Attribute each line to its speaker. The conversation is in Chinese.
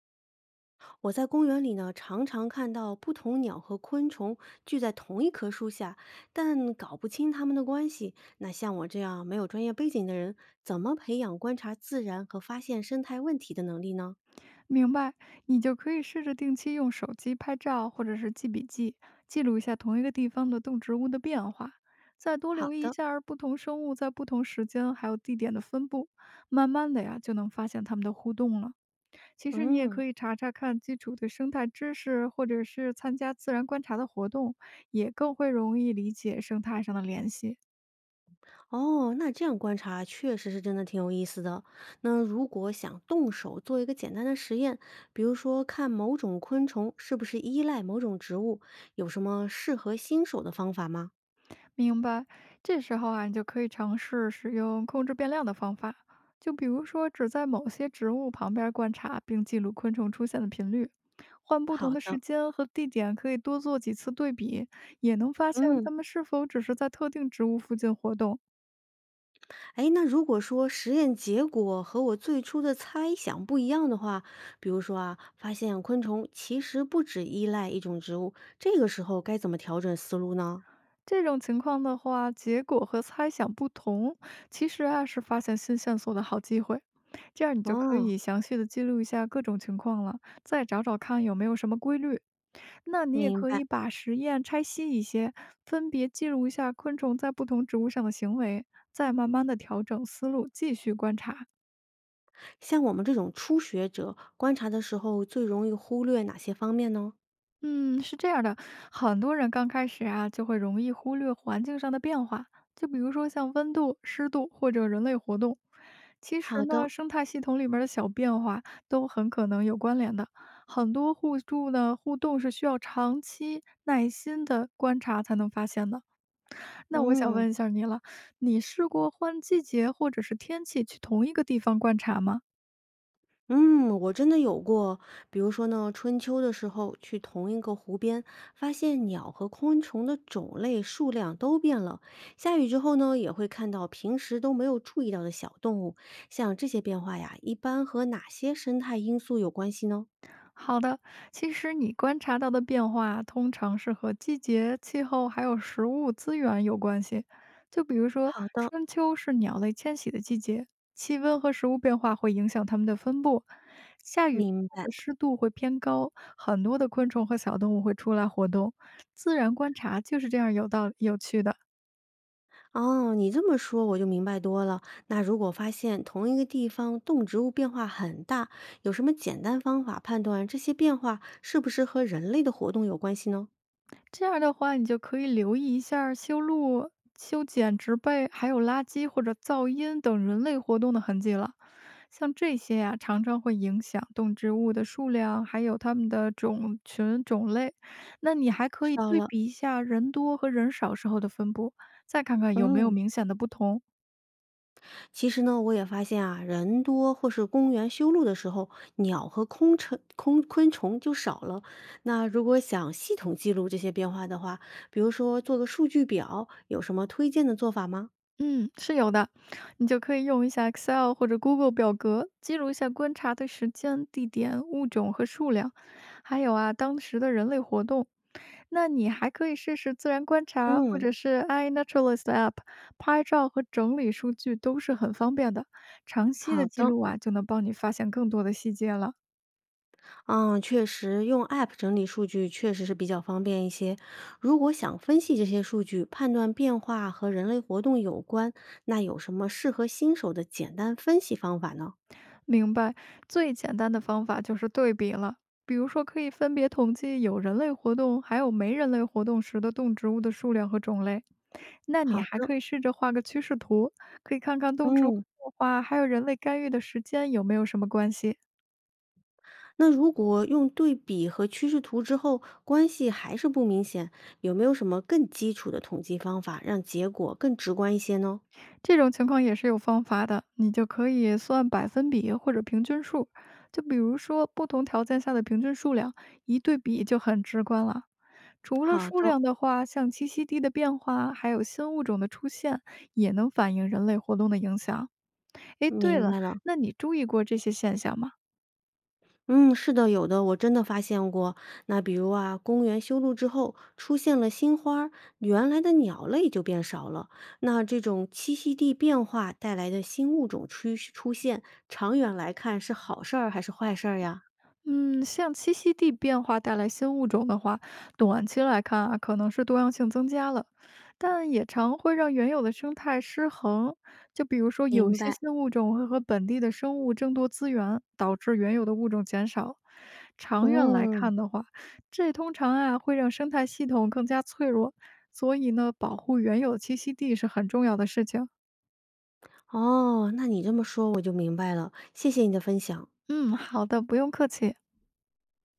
Speaker 1: 我在公园里呢，常常看到不同鸟和昆虫聚在同一棵树下，但搞不清它们的关系。那像我这样没有专业背景的人，怎么培养观察自然和发现生态问题的能力呢？
Speaker 2: 明白，你就可以试着定期用手机拍照，或者是记笔记，记录一下同一个地方的动植物的变化，再多
Speaker 1: 好
Speaker 2: 留意一
Speaker 1: 的，
Speaker 2: 下儿不同生物在不同时间还有地点的分布，慢慢的呀就能发现它们的互动了。其实你也
Speaker 1: 嗯，
Speaker 2: 可以查查看基础的生态知识，或者是参加自然观察的活动，也更会容易理解生态上的联系。
Speaker 1: 哦，那这样观察确实是真的挺有意思的。那如果想动手做一个简单的实验，比如说看某种昆虫是不是依赖某种植物，有什么适合新手的方法吗？
Speaker 2: 明白，这时候啊，你就可以尝试使用控制变量的方法，就比如说只在某些植物旁边观察，并记录昆虫出现的频率，换不同
Speaker 1: 好
Speaker 2: 的时
Speaker 1: 的，
Speaker 2: 间和地点，可以多做几次对比，也能发现
Speaker 1: 嗯。
Speaker 2: 它们是否只是在特定植物附近活动。
Speaker 1: 哎，那如果说实验结果和我最初的猜想不一样的话，比如说啊，发现昆虫其实不只依赖一种植物，这个时候该怎么调整思路呢？
Speaker 2: 这种情况的话，结果和猜想不同，其实啊是发现新线索的好机会。这样你就可
Speaker 1: 哦，
Speaker 2: 以详细的记录一下各种情况了，再找找看有没有什么规律。那你也
Speaker 1: 明
Speaker 2: 可
Speaker 1: 白。
Speaker 2: 以把实验拆细一些，分别记录一下昆虫在不同植物上的行为，再慢慢的调整思路，继续观察。
Speaker 1: 像我们这种初学者，观察的时候最容易忽略哪些方面呢？
Speaker 2: 嗯，是这样的，很多人刚开始啊就会容易忽略环境上的变化，就比如说像温度、湿度或者人类活动。其实
Speaker 1: 好
Speaker 2: 呢，
Speaker 1: 的，
Speaker 2: 生态系统里面的小变化都很可能有关联的。很多互助呢互动是需要长期耐心的观察才能发现的。那我想
Speaker 1: 嗯。
Speaker 2: 问一下你了，你试过换季节或者是天气去同一个地方观察吗？
Speaker 1: 嗯，我真的有过，比如说呢，春秋的时候去同一个湖边，发现鸟和昆虫的种类数量都变了。下雨之后呢，也会看到平时都没有注意到的小动物。像这些变化呀，一般和哪些生态因素有关系呢？
Speaker 2: 好的，其实你观察到的变化通常是和季节、气候还有食物资源有关系。就比如说，
Speaker 1: 好的，
Speaker 2: 春秋是鸟类迁徙的季节，气温和食物变化会影响它们的分布。下雨
Speaker 1: 明
Speaker 2: 后
Speaker 1: 白。
Speaker 2: 的湿度会偏高，很多的昆虫和小动物会出来活动。自然观察就是这样有道有趣的。
Speaker 1: 哦，你这么说我就明白多了。那如果发现同一个地方动植物变化很大，有什么简单方法判断这些变化是不是和人类的活动有关系呢？
Speaker 2: 这样的话，你就可以留意一下儿修路、修剪植被，还有垃圾或者噪音等人类活动的痕迹了。像这些呀、常常会影响动植物的数量，还有它们的种群种类。那你还可
Speaker 1: 知
Speaker 2: 以
Speaker 1: 道
Speaker 2: 对
Speaker 1: 了，
Speaker 2: 比一下人多和人少时候的分布，再看看有没有
Speaker 1: 嗯，
Speaker 2: 明显的不同。
Speaker 1: 其实呢，我也发现啊，人多或是公园修路的时候，鸟和空虫、空昆虫就少了。那如果想系统记录这些变化的话，比如说做个数据表，有什么推荐的做法吗？
Speaker 2: 嗯，是有的，你就可以用一下 Excel 或者 Google 表格，记录一下观察的时间、地点、物种和数量，还有啊当时的人类活动。那你还可以试试自然观察，或
Speaker 1: 嗯，
Speaker 2: 者是 iNaturalist App，拍照和整理数据都是很方便的。长期的
Speaker 1: 好
Speaker 2: 记
Speaker 1: 的，
Speaker 2: 录啊，就能帮你发现更多的细节了。
Speaker 1: 嗯，确实用 App 整理数据确实是比较方便一些。如果想分析这些数据，判断变化和人类活动有关，那有什么适合新手的简单分析方法呢？
Speaker 2: 明白，最简单的方法就是对比了。比如说，可以分别统计有人类活动还有没人类活动时的动植物的数量和种类。那你
Speaker 1: 好
Speaker 2: 还
Speaker 1: 的，
Speaker 2: 可以试着画个趋势图，可以看看动植物
Speaker 1: 嗯。
Speaker 2: 变化还有人类干预的时间有没有什么关系。
Speaker 1: 那如果用对比和趋势图之后，关系还是不明显，有没有什么更基础的统计方法，让结果更直观一些呢？
Speaker 2: 这种情况也是有方法的，你就可以算百分比或者平均数，就比如说不同条件下的平均数量，一对比就很直观了。除了
Speaker 1: 好
Speaker 2: 数
Speaker 1: 的，
Speaker 2: 量的话，像栖息地的变化，还有新物种的出现，也能反映人类活动的影响。诶，对
Speaker 1: 明
Speaker 2: 了，
Speaker 1: 白了。
Speaker 2: 那你注意过这些现象吗？
Speaker 1: 嗯，是的，有的，我真的发现过。那比如啊，公园修路之后出现了新花儿，原来的鸟类就变少了。那这种栖息地变化带来的新物种趋出现，长远来看是好事儿还是坏事儿呀？
Speaker 2: 嗯，像栖息地变化带来新物种的话，短期来看啊，可能是多样性增加了，但也常会让原有的生态失衡。就比如说，有
Speaker 1: 明
Speaker 2: 些
Speaker 1: 白。
Speaker 2: 新物种会和本地的生物争夺资源，导致原有的物种减少。长远来
Speaker 1: 嗯。
Speaker 2: 看的话，这通常啊会让生态系统更加脆弱，所以呢，保护原有栖息地是很重要的事情。
Speaker 1: 哦，那你这么说我就明白了，谢谢你的分享。
Speaker 2: 嗯，好的，不用客气。